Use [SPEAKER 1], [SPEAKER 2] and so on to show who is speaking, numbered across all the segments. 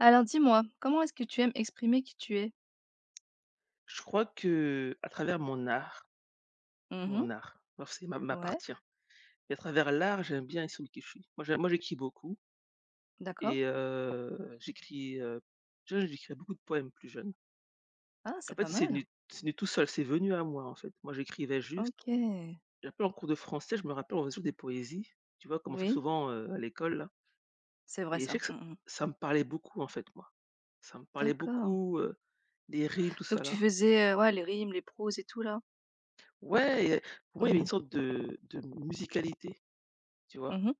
[SPEAKER 1] Alors dis-moi, comment est-ce que tu aimes exprimer qui tu es?
[SPEAKER 2] Je crois que à travers
[SPEAKER 1] Mmh.
[SPEAKER 2] mon art, forcé
[SPEAKER 1] Ouais,
[SPEAKER 2] m'appartient et à travers l'art, j'aime bien assumer qui je suis. Moi, j'écris beaucoup
[SPEAKER 1] d'accord.
[SPEAKER 2] et déjà j'écrivais beaucoup de poèmes plus jeune.
[SPEAKER 1] Ah,
[SPEAKER 2] En
[SPEAKER 1] c'est
[SPEAKER 2] fait,
[SPEAKER 1] pas
[SPEAKER 2] c'est
[SPEAKER 1] mal.
[SPEAKER 2] venu c'est venu tout seul, c'est venu à moi, en fait. Moi, j'écrivais juste,
[SPEAKER 1] OK.
[SPEAKER 2] j'appelais en cours de français, je me rappelle, on faisait toujours des poésies, tu vois? Comme on fait
[SPEAKER 1] Oui,
[SPEAKER 2] souvent, à l'école là,
[SPEAKER 1] c'est vrai
[SPEAKER 2] et je sais
[SPEAKER 1] ça.
[SPEAKER 2] que ça
[SPEAKER 1] Mmh.
[SPEAKER 2] ça me parlait beaucoup, en fait, moi. Ça me parlait
[SPEAKER 1] D'accord.
[SPEAKER 2] beaucoup, les rimes, tout
[SPEAKER 1] Donc
[SPEAKER 2] ça
[SPEAKER 1] tu
[SPEAKER 2] là.
[SPEAKER 1] faisais, ouais, les rimes, les proses et tout là?
[SPEAKER 2] Ouais. Et pour moi, il y avait
[SPEAKER 1] Mmh
[SPEAKER 2] une
[SPEAKER 1] mh.
[SPEAKER 2] sorte de musicalité, tu vois?
[SPEAKER 1] Mmh.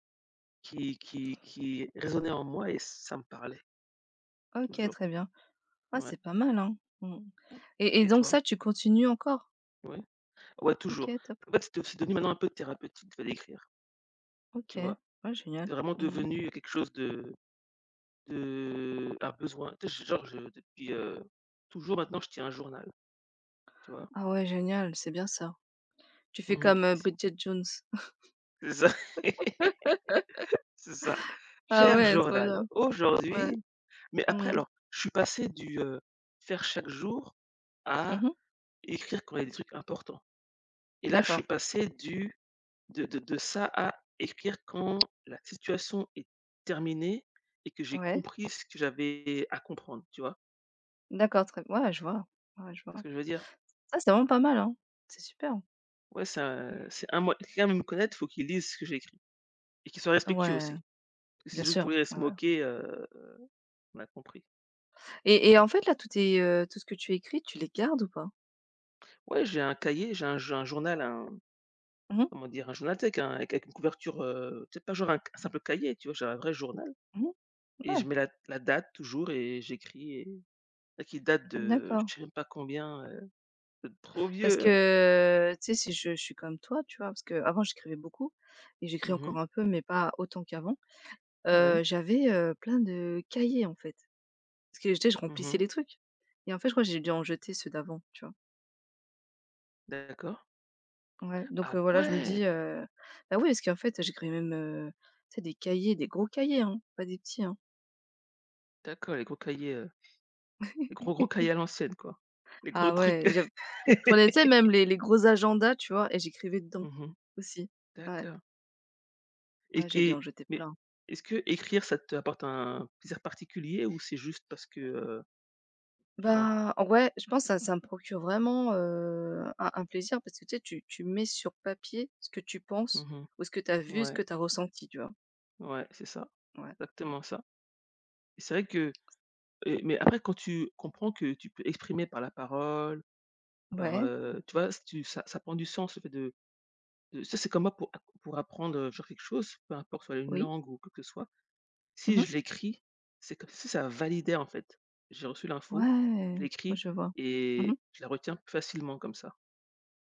[SPEAKER 2] Qui résonnait en moi, et ça me parlait
[SPEAKER 1] OK,
[SPEAKER 2] toujours.
[SPEAKER 1] très bien. Ah,
[SPEAKER 2] Ouais.
[SPEAKER 1] c'est pas mal, hein. Mmh. Et
[SPEAKER 2] Et
[SPEAKER 1] donc
[SPEAKER 2] toi?
[SPEAKER 1] ça, tu continues encore?
[SPEAKER 2] Ouais? Ouais, toujours.
[SPEAKER 1] OK, top.
[SPEAKER 2] En fait, c'est devenu maintenant un peu thérapeutique de l'écrire,
[SPEAKER 1] OK.
[SPEAKER 2] tu vois?
[SPEAKER 1] Ouais, génial.
[SPEAKER 2] C'est vraiment
[SPEAKER 1] Mmh.
[SPEAKER 2] devenu quelque chose de un besoin. Tu sais, genre je depuis, toujours, maintenant je tiens un journal, tu vois?
[SPEAKER 1] Ah ouais, génial, c'est bien ça. Tu fais
[SPEAKER 2] Mmh mh.
[SPEAKER 1] comme,
[SPEAKER 2] C'est
[SPEAKER 1] Bridget Jones.
[SPEAKER 2] ça. C'est ça.
[SPEAKER 1] Ah
[SPEAKER 2] Cher
[SPEAKER 1] ouais, trop bien.
[SPEAKER 2] journal, aujourd'hui.
[SPEAKER 1] Ouais.
[SPEAKER 2] Mais après,
[SPEAKER 1] Mmh mh.
[SPEAKER 2] alors, je suis passé du, faire chaque jour à
[SPEAKER 1] Mmh.
[SPEAKER 2] écrire quand il y a des trucs importants. Et là, je suis
[SPEAKER 1] D'accord.
[SPEAKER 2] passé du de ça à écrire quand la situation est terminée et que j'ai
[SPEAKER 1] Ouais.
[SPEAKER 2] compris ce que j'avais à comprendre, tu vois?
[SPEAKER 1] D'accord, très ouais, je vois, ouais, je
[SPEAKER 2] Tu ce
[SPEAKER 1] vois.
[SPEAKER 2] que je veux dire?
[SPEAKER 1] Ça, c'est vraiment pas mal, hein. C'est super.
[SPEAKER 2] Ouais, ça, c'est un moi quelqu'un veut me connaître, faut qu'il lise ce que j'ai écrit et qu'il soit respectueux
[SPEAKER 1] Ouais,
[SPEAKER 2] aussi. Parce que
[SPEAKER 1] bien
[SPEAKER 2] c'est juste pour
[SPEAKER 1] sûr,
[SPEAKER 2] lire et
[SPEAKER 1] ouais,
[SPEAKER 2] se
[SPEAKER 1] ouais.
[SPEAKER 2] moquer, on a compris.
[SPEAKER 1] Et en fait, là, tout ce que tu écris, tu les gardes ou pas?
[SPEAKER 2] Ouais, j'ai un cahier, j'ai un journal, un,
[SPEAKER 1] Mmh
[SPEAKER 2] comment dire? Un journal, tu sais, avec une couverture, tu sais, pas genre un simple cahier, tu vois? J'ai un vrai journal,
[SPEAKER 1] mh, mmh,
[SPEAKER 2] et je
[SPEAKER 1] ouais,
[SPEAKER 2] mets la date toujours, et j'écris, et qui date de
[SPEAKER 1] d'accord.
[SPEAKER 2] je sais même pas combien, trop
[SPEAKER 1] Parce
[SPEAKER 2] vieux, hein.
[SPEAKER 1] que, tu sais, si je suis comme toi, tu vois? Parce qu'avant, j'écrivais beaucoup et j'écris
[SPEAKER 2] Mmh.
[SPEAKER 1] encore un peu, mais pas autant qu'avant.
[SPEAKER 2] Ouais.
[SPEAKER 1] J'avais, plein de cahiers, en fait, parce que, tu sais, je
[SPEAKER 2] Mmh
[SPEAKER 1] remplissais
[SPEAKER 2] mh.
[SPEAKER 1] les trucs et en fait, je crois que j'ai dû en jeter ceux d'avant, tu vois?
[SPEAKER 2] D'accord.
[SPEAKER 1] Ouais, donc
[SPEAKER 2] Ah
[SPEAKER 1] voilà, je me
[SPEAKER 2] ouais!
[SPEAKER 1] dis, bah, oui, parce qu'en fait, j'écrivais même, tu sais, des cahiers, des gros cahiers, hein, pas des petits, hein.
[SPEAKER 2] D'accord, les gros cahiers, les gros, gros cahiers à l'ancienne, quoi. Les gros
[SPEAKER 1] Ah
[SPEAKER 2] trucs.
[SPEAKER 1] ouais, j'av je prenais, tu sais, même les gros agendas, tu vois? Et j'écrivais dedans
[SPEAKER 2] Mmh mh.
[SPEAKER 1] aussi. Ouais,
[SPEAKER 2] D'accord. et
[SPEAKER 1] ouais, j'ai dû
[SPEAKER 2] qui
[SPEAKER 1] en jeter
[SPEAKER 2] Mais
[SPEAKER 1] plein.
[SPEAKER 2] est-ce que écrire, ça t'apporte un plaisir particulier, ou c'est juste parce que, je sais pas?
[SPEAKER 1] Bah, ouais, je pense que ça me procure vraiment, un plaisir parce que, tu sais, tu mets sur papier ce que tu
[SPEAKER 2] Mmh
[SPEAKER 1] penses
[SPEAKER 2] mh.
[SPEAKER 1] ou ce que tu as vu, ce
[SPEAKER 2] Ouais,
[SPEAKER 1] que tu as ressenti, tu vois?
[SPEAKER 2] ouais, c'est ça.
[SPEAKER 1] Ouais, mmh.
[SPEAKER 2] Exactement ça. Et c'est vrai que, mais après, quand tu comprends que tu peux exprimer par la parole, par,
[SPEAKER 1] Ouais,
[SPEAKER 2] tu vois? Si tu ça prend du sens, le fait de ça, c'est comme moi, pour apprendre, genre quelque chose, peu importe, soit une
[SPEAKER 1] oui.
[SPEAKER 2] langue ou quoi que ce soit. Si
[SPEAKER 1] Mmh.
[SPEAKER 2] je l'écris, c'est comme si ça validait, en fait. J'ai reçu l'info,
[SPEAKER 1] Ouais,
[SPEAKER 2] je l'écris,
[SPEAKER 1] je vois. Mmh.
[SPEAKER 2] et je la retiens plus facilement comme ça.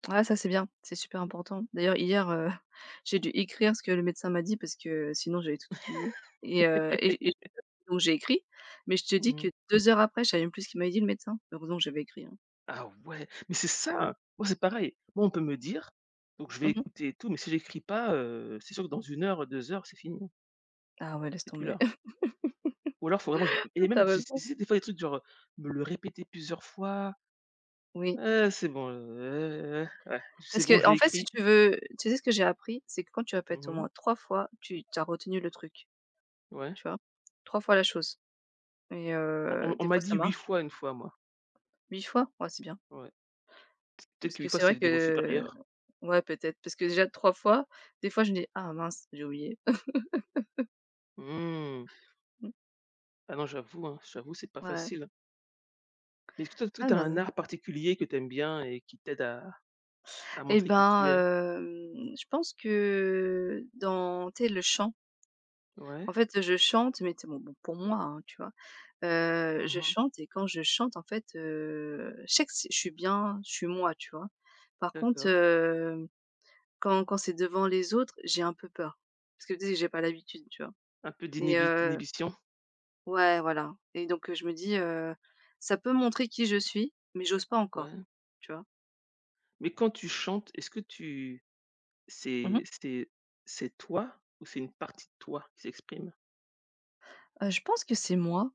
[SPEAKER 1] Ah ça, c'est bien, c'est super important. D'ailleurs hier, j'ai dû écrire ce que le médecin m'a dit parce que sinon j'avais tout oublié et donc j'ai écrit, mais je te dis
[SPEAKER 2] Mmh.
[SPEAKER 1] que 2 heures après, je savais même plus ce qu'il m'avait dit le médecin. Heureusement que j'avais écrit, hein.
[SPEAKER 2] Ah ouais, mais c'est
[SPEAKER 1] Ouais.
[SPEAKER 2] ça! Moi, c'est pareil. Moi, on peut me dire, donc je vais
[SPEAKER 1] Mmh.
[SPEAKER 2] écouter et tout, mais si j'écris pas, c'est sûr que dans une heure, 2 heures, c'est fini, hein,
[SPEAKER 1] Ah ouais, laisse
[SPEAKER 2] c'est plus
[SPEAKER 1] tomber.
[SPEAKER 2] là. Ou alors, faut vraiment que je et
[SPEAKER 1] T'as
[SPEAKER 2] même j'essa
[SPEAKER 1] raison.
[SPEAKER 2] j'essaie des fois des trucs genre, me le répéter plusieurs fois.
[SPEAKER 1] Oui.
[SPEAKER 2] «C'est bon, ouais, c'est
[SPEAKER 1] Parce
[SPEAKER 2] bon,
[SPEAKER 1] que
[SPEAKER 2] j'ai
[SPEAKER 1] en fait, si
[SPEAKER 2] écrit.»
[SPEAKER 1] tu veux tu sais ce que j'ai appris? C'est que quand tu répètes au
[SPEAKER 2] Mmh.
[SPEAKER 1] moins 3 fois, tu as retenu le truc,
[SPEAKER 2] Ouais.
[SPEAKER 1] tu vois? 3 fois la chose et
[SPEAKER 2] On on on
[SPEAKER 1] des
[SPEAKER 2] m'a
[SPEAKER 1] fois
[SPEAKER 2] dit
[SPEAKER 1] ça
[SPEAKER 2] 8
[SPEAKER 1] marche.
[SPEAKER 2] fois une fois, moi.
[SPEAKER 1] 8 fois? Ouais, c'est bien.
[SPEAKER 2] Ouais. Peut-être
[SPEAKER 1] Parce
[SPEAKER 2] que 8
[SPEAKER 1] que
[SPEAKER 2] fois,
[SPEAKER 1] c'est
[SPEAKER 2] c'est
[SPEAKER 1] vrai
[SPEAKER 2] le niveau
[SPEAKER 1] que
[SPEAKER 2] supérieur.
[SPEAKER 1] ouais, peut-être, parce que déjà 3 fois, des fois, je me dis: «Ah mince, j'ai oublié».
[SPEAKER 2] Mmh. Ah non, j'avoue, hein, j'avoue, c'est pas
[SPEAKER 1] Ouais.
[SPEAKER 2] facile, hein. Est-ce que toi,
[SPEAKER 1] Ah
[SPEAKER 2] tu
[SPEAKER 1] bah,
[SPEAKER 2] un
[SPEAKER 1] non.
[SPEAKER 2] art particulier que t'aimes bien et qui t'aide à
[SPEAKER 1] Et
[SPEAKER 2] montrer qui
[SPEAKER 1] ben,
[SPEAKER 2] tu es?
[SPEAKER 1] je pense que dans tu sais, le chant,
[SPEAKER 2] Ouais.
[SPEAKER 1] en fait, je chante, mais tu bon bon, pour moi, hein, tu vois? Je
[SPEAKER 2] Mmh.
[SPEAKER 1] chante et quand je chante, en fait, je sais que c'est je suis bien, je suis moi, tu vois? Par contre,
[SPEAKER 2] D'accord.
[SPEAKER 1] quand c'est devant les autres, j'ai un peu peur. Parce que tu sais, j'ai pas l'habitude, tu vois?
[SPEAKER 2] Un peu
[SPEAKER 1] Et
[SPEAKER 2] d'inhibi
[SPEAKER 1] heu
[SPEAKER 2] d'inhibition?
[SPEAKER 1] Ouais, voilà et donc je me dis, «Ça peut montrer qui je suis, mais j'ose pas encore».
[SPEAKER 2] Ouais.
[SPEAKER 1] Tu vois?
[SPEAKER 2] Mais quand tu chantes, est-ce que tu
[SPEAKER 1] Mmh mh.
[SPEAKER 2] c'est c'est c'est toi ou c'est une partie de toi qui s'exprime?
[SPEAKER 1] Je pense que c'est moi,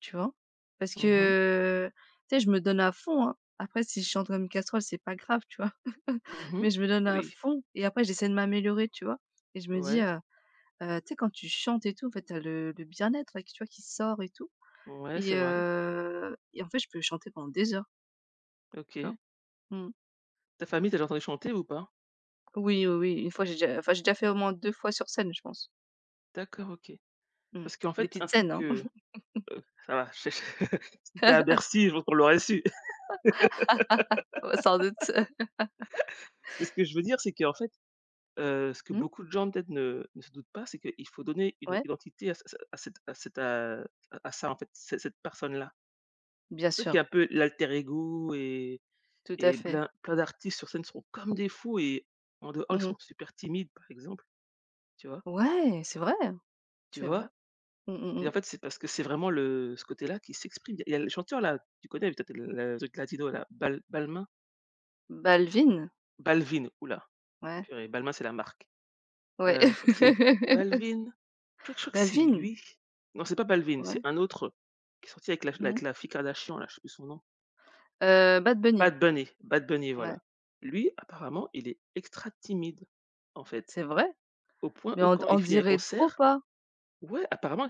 [SPEAKER 1] tu vois? Parce
[SPEAKER 2] Mhm mhm.
[SPEAKER 1] que, tu sais, je me donne à fond, hein. Après si je chante comme une casserole, c'est pas grave, tu vois? Mais je me donne à
[SPEAKER 2] Oui.
[SPEAKER 1] fond et après j'essaie de m'améliorer, tu vois? Et je me dis,
[SPEAKER 2] Ouais.
[SPEAKER 1] tu sais quand tu chantes et tout, en fait, t'as le bien-être là, tu vois, qui sort et tout
[SPEAKER 2] Ouais, c'est vrai.
[SPEAKER 1] et en fait, je peux chanter pendant des heures, tu
[SPEAKER 2] OK.
[SPEAKER 1] vois? Mmh.
[SPEAKER 2] Ta famille, tu déjà entendu chanter ou pas?
[SPEAKER 1] Oui, oui, oui, une fois j'ai déjà enfin, j'ai déjà fait au moins 2 fois sur scène, je pense.
[SPEAKER 2] D'accord, OK.
[SPEAKER 1] Mmh.
[SPEAKER 2] Parce qu'en
[SPEAKER 1] Des
[SPEAKER 2] fait, un
[SPEAKER 1] petites
[SPEAKER 2] truc
[SPEAKER 1] scènes, hein?
[SPEAKER 2] que, ça va, si c'était à Bercy, je pense qu'on l'aurait su.
[SPEAKER 1] Ouais, sans doute.
[SPEAKER 2] Mais ce que je veux dire, c'est qu'en fait, ce que
[SPEAKER 1] Mmh,
[SPEAKER 2] beaucoup de gens peut-être ne se doutent pas, c'est qu'il faut donner une
[SPEAKER 1] ouais,
[SPEAKER 2] identité à ça, en fait, cette personne-là.
[SPEAKER 1] bien
[SPEAKER 2] Tu sais, qui
[SPEAKER 1] sûr,
[SPEAKER 2] est un peu l'alter ego, et
[SPEAKER 1] tout à
[SPEAKER 2] et
[SPEAKER 1] fait.
[SPEAKER 2] plein d'artistes sur scène sont comme des fous, et en dehors, ils
[SPEAKER 1] Mmh.
[SPEAKER 2] sont super timides, par exemple, tu vois?
[SPEAKER 1] Ouais, c'est vrai, hein,
[SPEAKER 2] Tu
[SPEAKER 1] c'est vrai.
[SPEAKER 2] vois?
[SPEAKER 1] Mmh mh
[SPEAKER 2] Et
[SPEAKER 1] mh.
[SPEAKER 2] en fait, c'est parce que c'est vraiment le ce côté-là qui s'exprime. Il y a le chanteur-là, tu connais peut-être le truc latino là, Balmain?
[SPEAKER 1] Balvin?
[SPEAKER 2] Balvin, ouh là,
[SPEAKER 1] Ouais,
[SPEAKER 2] purée, Balmain, c'est la marque.
[SPEAKER 1] ouais.
[SPEAKER 2] Je crois que c'est Balvin. Je crois que c'est
[SPEAKER 1] Balvin?
[SPEAKER 2] lui. Non, c'est pas Balvin, c'est
[SPEAKER 1] Ouais.
[SPEAKER 2] un autre qui est sorti avec la
[SPEAKER 1] Mmh.
[SPEAKER 2] avec la fille Kardashian là, je sais plus son nom.
[SPEAKER 1] Bad Bunny?
[SPEAKER 2] Bad Bunny, Bad Bunny,
[SPEAKER 1] Ouais,
[SPEAKER 2] voilà. Lui, apparemment, il est extra timide, en fait,
[SPEAKER 1] c'est vrai?
[SPEAKER 2] au point
[SPEAKER 1] Mais
[SPEAKER 2] où,
[SPEAKER 1] on
[SPEAKER 2] quand
[SPEAKER 1] on
[SPEAKER 2] il finit un
[SPEAKER 1] dirait trop
[SPEAKER 2] concert,
[SPEAKER 1] pas.
[SPEAKER 2] ouais, apparemment,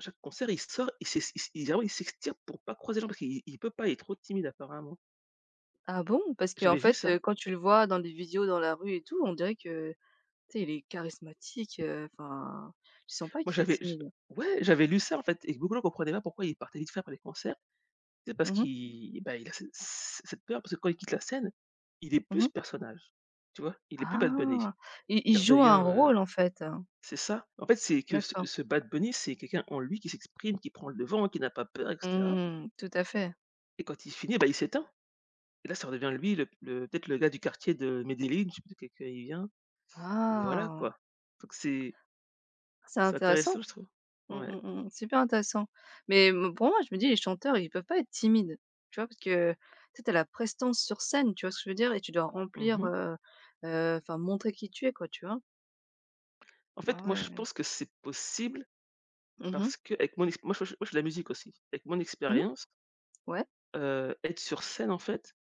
[SPEAKER 2] chaque concert, il sort, il s'es il s il vraiment, il s'extirpe pour pas croiser les gens parce qu'il peut pas, il est trop timide apparemment.
[SPEAKER 1] Ah bon? Parce qu'en
[SPEAKER 2] J'avais vu
[SPEAKER 1] fait,
[SPEAKER 2] ça.
[SPEAKER 1] quand tu le vois dans des vidéos dans la rue et tout, on dirait que, tu sais, il est charismatique, enfin, tu sens pas
[SPEAKER 2] Moi,
[SPEAKER 1] qu'il est
[SPEAKER 2] j'avais j
[SPEAKER 1] timide.
[SPEAKER 2] ouais, j'avais lu ça, en fait, et beaucoup de gens comprenaient pas pourquoi il partait vite faire pour les concerts. C'est parce
[SPEAKER 1] Mhm. mh.
[SPEAKER 2] qu'il bah, il a ce ce cette peur, parce que quand il quitte la scène, il est plus
[SPEAKER 1] Mmh.
[SPEAKER 2] ce personnage, tu vois? Il est plus Bad Bunny.
[SPEAKER 1] Ah! Il
[SPEAKER 2] Il
[SPEAKER 1] joue un
[SPEAKER 2] redevient, heu
[SPEAKER 1] rôle en fait? Hein.
[SPEAKER 2] c'est ça. En fait, c'est que ce
[SPEAKER 1] D'accord.
[SPEAKER 2] ce Bad Bunny, c'est quelqu'un en lui qui s'exprime, qui prend le devant, qui n'a pas peur, et cetera,
[SPEAKER 1] Mmh, tout à fait.
[SPEAKER 2] et quand il finit, bah, il s'éteint, et là, ça redevient lui, le peut-être le gars du quartier de Medellin, je sais plus de quel quartier il vient, et voilà,
[SPEAKER 1] Ah!
[SPEAKER 2] quoi. Donc c'est
[SPEAKER 1] C'est
[SPEAKER 2] c'est intéressant,
[SPEAKER 1] intéressant.
[SPEAKER 2] je trouve.
[SPEAKER 1] Mmh,
[SPEAKER 2] Ouais.
[SPEAKER 1] mmh mh. Super intéressant. Mais me pour moi, je me dis les chanteurs, ils peuvent pas être timides, tu vois? Parce que, tu sais, as la prestance sur scène, tu vois ce que je veux dire? Et tu dois remplir,
[SPEAKER 2] Mmh.
[SPEAKER 1] enfin montrer qui tu es quoi, tu vois?
[SPEAKER 2] En fait,
[SPEAKER 1] Ah
[SPEAKER 2] moi, je
[SPEAKER 1] ouais.
[SPEAKER 2] pense que c'est possible,
[SPEAKER 1] Mmh mh.
[SPEAKER 2] parce que avec mon ex moi, je fais de la musique aussi. Avec mon
[SPEAKER 1] Mmh.
[SPEAKER 2] expérience.
[SPEAKER 1] Ouais,
[SPEAKER 2] Être sur scène, en fait,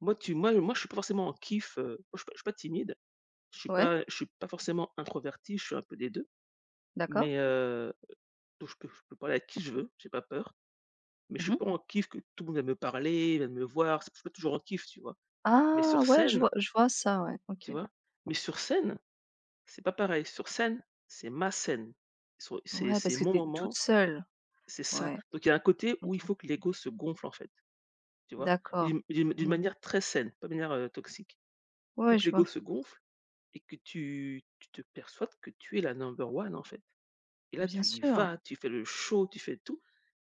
[SPEAKER 2] moi tu moi moi je suis pas forcément en kiff, moi, je suis pas timide, je suis
[SPEAKER 1] ouais,
[SPEAKER 2] pas je suis pas forcément introverti, je suis un peu des 2.
[SPEAKER 1] d'accord.
[SPEAKER 2] Mais donc je peux parler à qui je veux, j'ai pas peur, mais je suis
[SPEAKER 1] Mmh.
[SPEAKER 2] pas en kiff que tout le monde va me parler, va me voir, c'est je suis pas toujours en kiff, tu vois? Mais
[SPEAKER 1] Ah
[SPEAKER 2] sur
[SPEAKER 1] ouais, je
[SPEAKER 2] scène,
[SPEAKER 1] vois je vois ça, ouais, OK.
[SPEAKER 2] tu vois? Mais sur scène, c'est pas pareil, sur scène, c'est ma scène, sur c'est
[SPEAKER 1] Ouais, parce
[SPEAKER 2] c'est
[SPEAKER 1] que
[SPEAKER 2] mon
[SPEAKER 1] t'es toute
[SPEAKER 2] moment,
[SPEAKER 1] seule.
[SPEAKER 2] c'est ça.
[SPEAKER 1] Ouais,
[SPEAKER 2] Donc il y a un côté où
[SPEAKER 1] OK.
[SPEAKER 2] il faut que l'ego se gonfle, en fait, tu vois?
[SPEAKER 1] D'accord.
[SPEAKER 2] D'une
[SPEAKER 1] Mmh.
[SPEAKER 2] manière très saine, pas de manière, toxique. Il faut
[SPEAKER 1] Ouais,
[SPEAKER 2] que
[SPEAKER 1] je
[SPEAKER 2] l'ego
[SPEAKER 1] vois.
[SPEAKER 2] se gonfle, et que tu te persuades que tu es la number one, en fait. Et là,
[SPEAKER 1] Bien
[SPEAKER 2] tu y
[SPEAKER 1] sûr.
[SPEAKER 2] vas, tu fais le show, tu fais tout.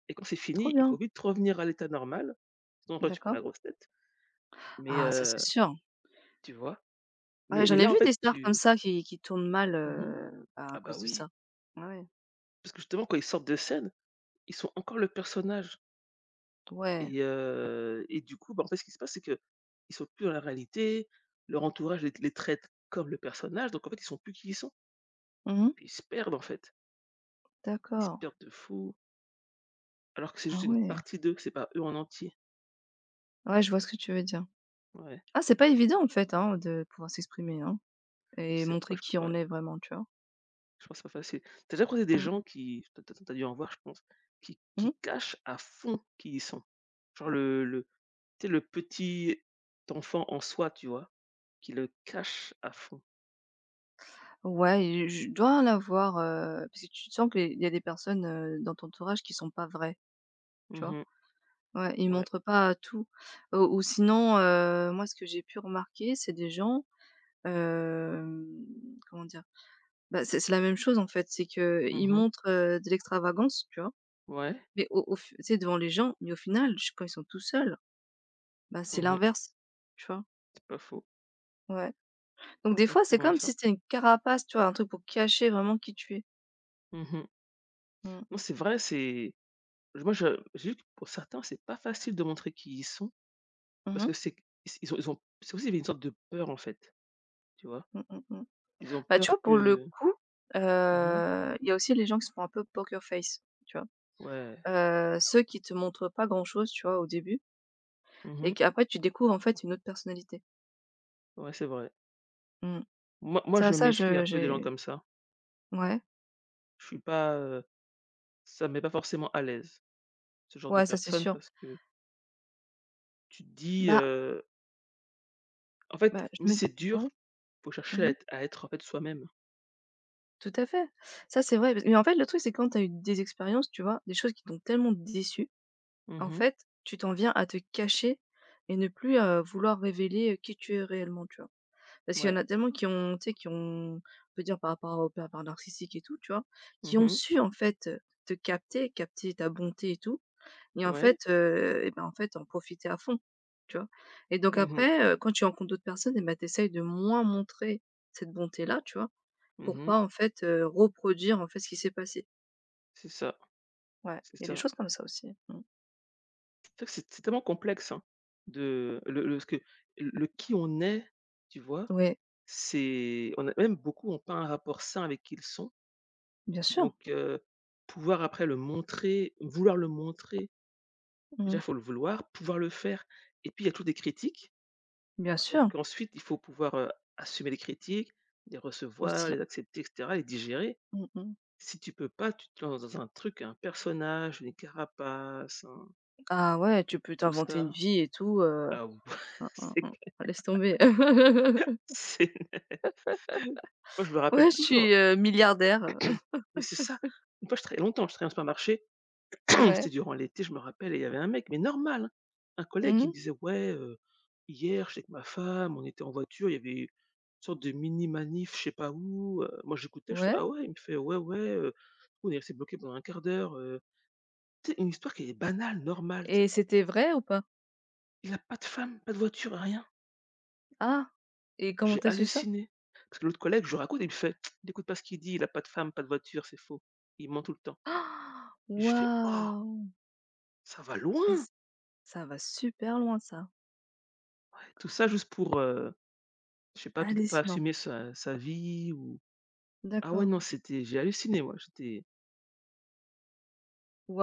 [SPEAKER 2] Et quand c'est
[SPEAKER 1] Trop
[SPEAKER 2] fini, il faut
[SPEAKER 1] bien.
[SPEAKER 2] vite revenir à l'état normal. Sinon, après, tu prends
[SPEAKER 1] D'accord.
[SPEAKER 2] la grosse tête. Mais,
[SPEAKER 1] Ah ça, c'est sûr.
[SPEAKER 2] tu vois?
[SPEAKER 1] Ouais,
[SPEAKER 2] Mais
[SPEAKER 1] j'en ai
[SPEAKER 2] là, en
[SPEAKER 1] vu
[SPEAKER 2] fait,
[SPEAKER 1] des stars
[SPEAKER 2] tu
[SPEAKER 1] comme ça qui tournent mal,
[SPEAKER 2] mmh
[SPEAKER 1] bah, à
[SPEAKER 2] ah bah
[SPEAKER 1] cause de
[SPEAKER 2] oui,
[SPEAKER 1] ça. Ah ouais.
[SPEAKER 2] parce que justement, quand ils sortent de scène, ils sont encore le personnage,
[SPEAKER 1] Ouais.
[SPEAKER 2] et du coup, bah, en fait, ce qui se passe, c'est que ils sont plus dans la réalité, leur entourage les traite comme le personnage, donc en fait, ils sont plus qui ils sont. Et
[SPEAKER 1] Mmh.
[SPEAKER 2] puis ils se perdent, en fait. Ils se
[SPEAKER 1] D'accord.
[SPEAKER 2] perdent de fou. Alors que c'est
[SPEAKER 1] Ah
[SPEAKER 2] juste une
[SPEAKER 1] ouais.
[SPEAKER 2] partie d'eux, c'est pas eux en entier.
[SPEAKER 1] Ouais, je vois ce que tu veux dire.
[SPEAKER 2] Ouais,
[SPEAKER 1] Ah, c'est pas évident en fait, hein, de pouvoir s'exprimer, hein et
[SPEAKER 2] c'est pas
[SPEAKER 1] montrer
[SPEAKER 2] je
[SPEAKER 1] qui
[SPEAKER 2] ouais,
[SPEAKER 1] on est vraiment, tu vois?
[SPEAKER 2] je pense que c'est pas facile. T'as déjà croisé des
[SPEAKER 1] Mmh.
[SPEAKER 2] gens qui t'as as tu dû en voir, je pense, qui
[SPEAKER 1] Mmh.
[SPEAKER 2] qui cachent à fond qui ils sont? Genre le tu sais, le petit enfant en soi, tu vois? Qui le cache à fond.
[SPEAKER 1] Ouais et je dois en avoir, parce que tu sens qu'il y a des personnes, dans ton entourage qui sont pas vraies, tu vois?
[SPEAKER 2] Mmh.
[SPEAKER 1] Ouais, ils
[SPEAKER 2] Ouais.
[SPEAKER 1] montrent pas tout ou sinon, moi ce que j'ai pu remarquer, c'est des gens, hem, comment dire? Bah, c'est la même chose, en fait. C'est qu'ils
[SPEAKER 2] Mmh.
[SPEAKER 1] montrent, de l'extravagance, tu vois?
[SPEAKER 2] Ouais.
[SPEAKER 1] Mais au au f tu sais, devant les gens, mais au final, ch quand ils sont tout seuls, bah, c'est
[SPEAKER 2] Mmh.
[SPEAKER 1] l'inverse, tu vois?
[SPEAKER 2] C'est pas faux.
[SPEAKER 1] Ouais. Donc des fois, c'est
[SPEAKER 2] Exactement
[SPEAKER 1] comme
[SPEAKER 2] ça.
[SPEAKER 1] si c'était une carapace, tu vois? Un truc pour cacher vraiment qui tu es.
[SPEAKER 2] Mmh.
[SPEAKER 1] Mmh.
[SPEAKER 2] Non, c'est vrai, c'est moi je j'ai vu que pour certains, c'est pas facile de montrer qui ils sont,
[SPEAKER 1] Mmh
[SPEAKER 2] parce
[SPEAKER 1] mh.
[SPEAKER 2] que c'est ils ils ont c'est aussi une sorte de peur, en fait, tu vois?
[SPEAKER 1] Mmh, mmh, mmh.
[SPEAKER 2] Ils ont
[SPEAKER 1] Bah, tu
[SPEAKER 2] peur
[SPEAKER 1] vois, pour le
[SPEAKER 2] que.
[SPEAKER 1] coup, heu,
[SPEAKER 2] Mmh.
[SPEAKER 1] il y a aussi les gens qui se font un peu poker face, tu vois?
[SPEAKER 2] Ouais.
[SPEAKER 1] Ceux qui te montrent pas grand-chose, tu vois, au début et
[SPEAKER 2] Mmh.
[SPEAKER 1] qu'après tu découvres, en fait, une autre personnalité.
[SPEAKER 2] Ouais, c'est vrai.
[SPEAKER 1] Mmh.
[SPEAKER 2] Moi,
[SPEAKER 1] Ça
[SPEAKER 2] je
[SPEAKER 1] ça,
[SPEAKER 2] méfie un
[SPEAKER 1] je
[SPEAKER 2] peu des gens
[SPEAKER 1] j'ai
[SPEAKER 2] comme ça.
[SPEAKER 1] ouais.
[SPEAKER 2] Je suis pas, ça me met pas forcément à l'aise, ce genre de
[SPEAKER 1] Ouais, ça, c'est
[SPEAKER 2] personnes,
[SPEAKER 1] sûr.
[SPEAKER 2] parce que tu te dis,
[SPEAKER 1] Bah
[SPEAKER 2] en
[SPEAKER 1] Bah,
[SPEAKER 2] fait,
[SPEAKER 1] je
[SPEAKER 2] même si
[SPEAKER 1] me
[SPEAKER 2] c'est
[SPEAKER 1] ouais,
[SPEAKER 2] dur, faut chercher à
[SPEAKER 1] mmh mh,
[SPEAKER 2] être à être, en fait, soi-même.
[SPEAKER 1] tout à fait. Ça, c'est vrai, parce mais en fait, le truc, c'est quand tu as eu des expériences, tu vois? Des choses qui t'ont tellement déçu, en
[SPEAKER 2] Mmh.
[SPEAKER 1] fait, tu t'en viens à te cacher et ne plus, vouloir révéler, qui tu es réellement, tu vois? Parce qu'il y en
[SPEAKER 2] Ouais.
[SPEAKER 1] a tellement qui ont tu sais, qui ont on peut dire par rapport aux pervers narcissiques et tout, tu vois? Qui ont
[SPEAKER 2] Mmh.
[SPEAKER 1] su, en fait, te capter, capter ta bonté et tout et en
[SPEAKER 2] Ouais.
[SPEAKER 1] fait, et ben, en fait, en profiter à fond, tu vois? Et donc
[SPEAKER 2] Mmh mh.
[SPEAKER 1] après, quand tu rencontres d'autres personnes et bah, tu essayes de moins montrer cette bonté-là, tu vois? Pour
[SPEAKER 2] Mmh.
[SPEAKER 1] pas en fait, reproduire en fait ce qui s'est passé.
[SPEAKER 2] C'est ça,
[SPEAKER 1] Ouais, il
[SPEAKER 2] c'est
[SPEAKER 1] y a des
[SPEAKER 2] ça.
[SPEAKER 1] choses comme ça aussi. Mmh.
[SPEAKER 2] C'est vrai que c'est tellement complexe, hein, de le ce que le qui on est, tu vois?
[SPEAKER 1] Ouais,
[SPEAKER 2] C'est on a même beaucoup ont pas un rapport sain avec qui ils sont.
[SPEAKER 1] bien sûr.
[SPEAKER 2] Donc, pouvoir après le montrer, vouloir le montrer, déjà
[SPEAKER 1] Mmh.
[SPEAKER 2] il faut le vouloir, pouvoir le faire, et puis il y a toujours des critiques.
[SPEAKER 1] Bien
[SPEAKER 2] Donc
[SPEAKER 1] sûr,
[SPEAKER 2] ensuite, il faut pouvoir, assumer les critiques, les recevoir,
[SPEAKER 1] aussi.
[SPEAKER 2] les accepter et cetera, les digérer.
[SPEAKER 1] Mmh mh.
[SPEAKER 2] Si tu peux pas, tu te lances dans un truc, un personnage, une carapace, un
[SPEAKER 1] Ah ouais, tu peux
[SPEAKER 2] tout
[SPEAKER 1] t'inventer une
[SPEAKER 2] ça.
[SPEAKER 1] vie et tout,
[SPEAKER 2] Ah ouais,
[SPEAKER 1] mmh, mmh,
[SPEAKER 2] c'est
[SPEAKER 1] mmh, Ah, laisse tomber.
[SPEAKER 2] c'est moi je me rappelle
[SPEAKER 1] Ouais, je suis,
[SPEAKER 2] toujours,
[SPEAKER 1] milliardaire.
[SPEAKER 2] mais c'est ça. Une fois je travaillais longtemps, je travaillais en supermarché. C'était
[SPEAKER 1] Ouais.
[SPEAKER 2] durant l'été, je me rappelle, et il y avait un mec, mais normal, hein, un collègue qui me
[SPEAKER 1] Mmh.
[SPEAKER 2] disait: «Ouais, hier, j'étais avec ma femme, on était en voiture, il y avait une sorte de mini manif, je sais pas où», moi j'écoutais, je fais:
[SPEAKER 1] Ouais
[SPEAKER 2] «Ah ouais?» Il me fait: «Ouais, ouais, on est resté bloqué pendant un quart d'heure», tu sais, une histoire qui est banale, normale, tu sais.
[SPEAKER 1] et c'était vrai ou pas?
[SPEAKER 2] Il a pas de femme, pas de voiture, rien.
[SPEAKER 1] Ah et comment
[SPEAKER 2] J'ai
[SPEAKER 1] t'as su ça?
[SPEAKER 2] halluciné, parce que l'autre collègue, je lui raconte, il me fait: «Il écoute pas ce qu'il dit, il a pas de femme, pas de voiture, c'est faux, il ment tout le temps».
[SPEAKER 1] Ah,
[SPEAKER 2] Et je fais: «Oh,
[SPEAKER 1] Waouh
[SPEAKER 2] ça va
[SPEAKER 1] et
[SPEAKER 2] loin!»
[SPEAKER 1] ç ça va super loin ça.
[SPEAKER 2] Tout ça juste pour, je sais pas, peut-être pas
[SPEAKER 1] Hallucinant.
[SPEAKER 2] assumer sa vie, ou ah ouais,
[SPEAKER 1] D'accord.
[SPEAKER 2] non, c'était j'ai halluciné moi, j'étais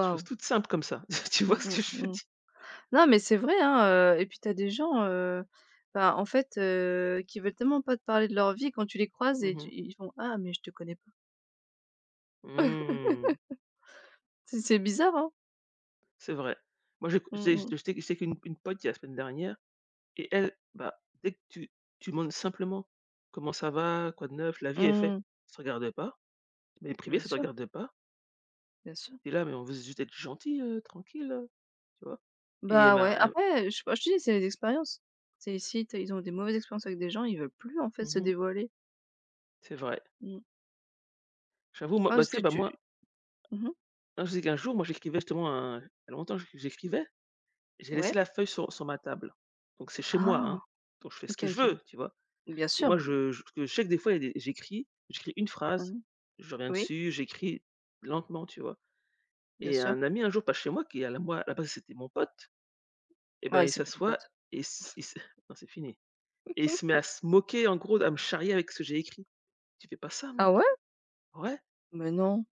[SPEAKER 2] des choses toutes simples comme ça. Tu vois
[SPEAKER 1] Mmh
[SPEAKER 2] ce
[SPEAKER 1] mh.
[SPEAKER 2] que je veux
[SPEAKER 1] Mmh.
[SPEAKER 2] dire?
[SPEAKER 1] Non, mais c'est vrai, hein, et puis t'as des gens, bah, en fait, qui veulent tellement pas te parler de leur vie quand tu les croises
[SPEAKER 2] Mmh
[SPEAKER 1] et tu
[SPEAKER 2] mh.
[SPEAKER 1] ils font: «Ah mais je te connais pas».
[SPEAKER 2] Mmh,
[SPEAKER 1] C'est bizarre, hein?
[SPEAKER 2] c'est vrai. Moi j'ai
[SPEAKER 1] Mmh
[SPEAKER 2] j'ai
[SPEAKER 1] mh.
[SPEAKER 2] j'ai- j'étais j'étais avec une pote il y a la semaine dernière, et elle, bah, dès que tu demandes simplement: «Comment ça va? Quoi de neuf?» La vie est faite.
[SPEAKER 1] Mmh.
[SPEAKER 2] «Ça te regarde pas, mais privé,
[SPEAKER 1] Bien
[SPEAKER 2] ça te
[SPEAKER 1] sûr,
[SPEAKER 2] regarde pas».
[SPEAKER 1] bien sûr.
[SPEAKER 2] Et là: «Mais on veut juste être gentil, tranquille,» tu vois? Et elle
[SPEAKER 1] Bah,
[SPEAKER 2] m'a
[SPEAKER 1] ouais,
[SPEAKER 2] elle
[SPEAKER 1] après, je bah, je te dis, c'est les expériences. C'est ici, tu ils ont des mauvaises expériences avec des gens, ils veulent plus, en fait, se
[SPEAKER 2] mmh
[SPEAKER 1] dévoiler.
[SPEAKER 2] c'est vrai.
[SPEAKER 1] Mmh.
[SPEAKER 2] J'avoue moi,
[SPEAKER 1] Ouais,
[SPEAKER 2] bah,
[SPEAKER 1] parce
[SPEAKER 2] tu sais,
[SPEAKER 1] que
[SPEAKER 2] bah,
[SPEAKER 1] tu
[SPEAKER 2] moi,
[SPEAKER 1] mmh
[SPEAKER 2] hein, je sais qu'un jour, moi j'écrivais justement un il y a longtemps, j'écrivais. J'ai laissé
[SPEAKER 1] Ouais?
[SPEAKER 2] la feuille sur ma table. Donc c'est chez moi,
[SPEAKER 1] Ah!
[SPEAKER 2] hein, donc je fais ce
[SPEAKER 1] OK,
[SPEAKER 2] que je
[SPEAKER 1] OK.
[SPEAKER 2] veux, tu vois?
[SPEAKER 1] Bien
[SPEAKER 2] Et moi
[SPEAKER 1] sûr.
[SPEAKER 2] je que je sais que des fois il y a des j'écris, j'écris une phrase,
[SPEAKER 1] Mmh.
[SPEAKER 2] je reviens
[SPEAKER 1] Oui,
[SPEAKER 2] dessus, j'écris lentement, tu vois?
[SPEAKER 1] bien
[SPEAKER 2] Et
[SPEAKER 1] sûr.
[SPEAKER 2] un ami un jour passe chez moi qui à la moi, à la base c'était mon pote, et ben
[SPEAKER 1] Ah, et
[SPEAKER 2] il
[SPEAKER 1] c'est plus ton
[SPEAKER 2] s'assoit
[SPEAKER 1] pote.
[SPEAKER 2] et s il se non c'est fini, et il se met à se moquer, en gros, à me charrier avec ce que j'ai écrit. «Tu fais pas ça,
[SPEAKER 1] Ah
[SPEAKER 2] mec!»
[SPEAKER 1] ouais?
[SPEAKER 2] «Ouais».
[SPEAKER 1] Mais non,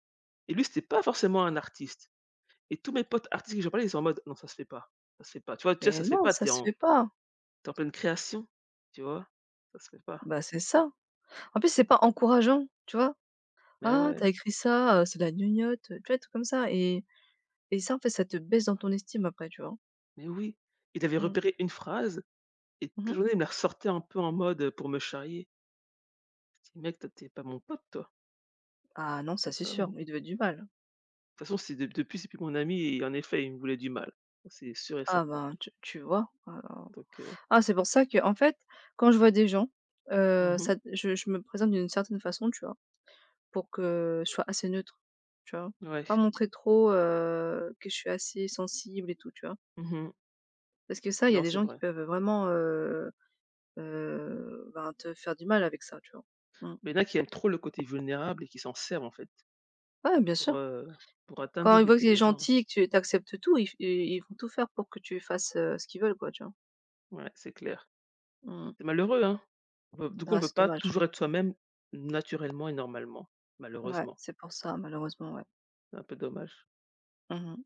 [SPEAKER 2] Et lui c'était pas forcément un artiste, et tous mes potes artistes que j'en parlé, ils sont en mode: «Non, ça se fait pas, ça se fait pas». Tu vois? Déjà ça
[SPEAKER 1] mais
[SPEAKER 2] se fait
[SPEAKER 1] non,
[SPEAKER 2] pas,
[SPEAKER 1] ça
[SPEAKER 2] tu
[SPEAKER 1] se
[SPEAKER 2] en
[SPEAKER 1] fait pas.
[SPEAKER 2] tu es en pleine création, tu vois? Ça se fait pas.
[SPEAKER 1] Bah, c'est ça. En plus, c'est pas encourageant, tu vois?
[SPEAKER 2] Mais
[SPEAKER 1] «Ah,
[SPEAKER 2] ouais,
[SPEAKER 1] t'as écrit ça, c'est de la gnognotte», tu vois? Tout comme ça et ça, en fait, ça te baisse dans ton estime après, tu vois?
[SPEAKER 2] mais oui. Il avait
[SPEAKER 1] Mmh.
[SPEAKER 2] repéré une phrase, et toute la
[SPEAKER 1] Mmh.
[SPEAKER 2] journée, il me la ressortait un peu en mode, pour me charrier. Je dis: «Mec, toi, tu pas mon pote, toi.
[SPEAKER 1] Ah non, ça,
[SPEAKER 2] T'es
[SPEAKER 1] c'est
[SPEAKER 2] pas
[SPEAKER 1] sûr,
[SPEAKER 2] mon».
[SPEAKER 1] il devait être du mal.
[SPEAKER 2] De toute façon, c'est de depuis, c'est plus mon ami, et en effet, il me voulait du mal. C'est sûr et
[SPEAKER 1] Ah
[SPEAKER 2] certain.
[SPEAKER 1] ben, tu vois? Alors
[SPEAKER 2] Donc
[SPEAKER 1] ah, c'est pour ça que, en fait, quand je vois des gens,
[SPEAKER 2] mmh
[SPEAKER 1] ça je me présente d'une certaine façon, tu vois? Pour que je sois assez neutre, tu vois? Pas
[SPEAKER 2] ouais,
[SPEAKER 1] montrer trop, que je suis assez sensible et tout, tu vois?
[SPEAKER 2] mmh
[SPEAKER 1] Parce que ça, il y a
[SPEAKER 2] non,
[SPEAKER 1] des
[SPEAKER 2] c'est
[SPEAKER 1] gens qui
[SPEAKER 2] vrai.
[SPEAKER 1] peuvent vraiment, ben, te faire du mal avec ça, tu vois? Mmh.
[SPEAKER 2] Mais il y en a qui aiment trop le côté vulnérable et qui s'en servent, en fait,
[SPEAKER 1] Ouais, bien
[SPEAKER 2] pour,
[SPEAKER 1] sûr.
[SPEAKER 2] heu, pour atteindre et
[SPEAKER 1] Quand ils voient que
[SPEAKER 2] blesser
[SPEAKER 1] tu es
[SPEAKER 2] les gens.
[SPEAKER 1] gentil et que tu acceptes tout, ils vont tout faire pour que tu fasses, ce qu'ils veulent, quoi, tu vois?
[SPEAKER 2] Ouais, c'est clair.
[SPEAKER 1] Mmh mh.
[SPEAKER 2] C'est malheureux, hein? On peut du coup, on peut
[SPEAKER 1] C'est
[SPEAKER 2] pas
[SPEAKER 1] dommage.
[SPEAKER 2] toujours être soi-même naturellement et normalement,
[SPEAKER 1] Ouais,
[SPEAKER 2] malheureusement.
[SPEAKER 1] c'est pour ça malheureusement, ouais.
[SPEAKER 2] C'est un peu dommage.
[SPEAKER 1] Mmh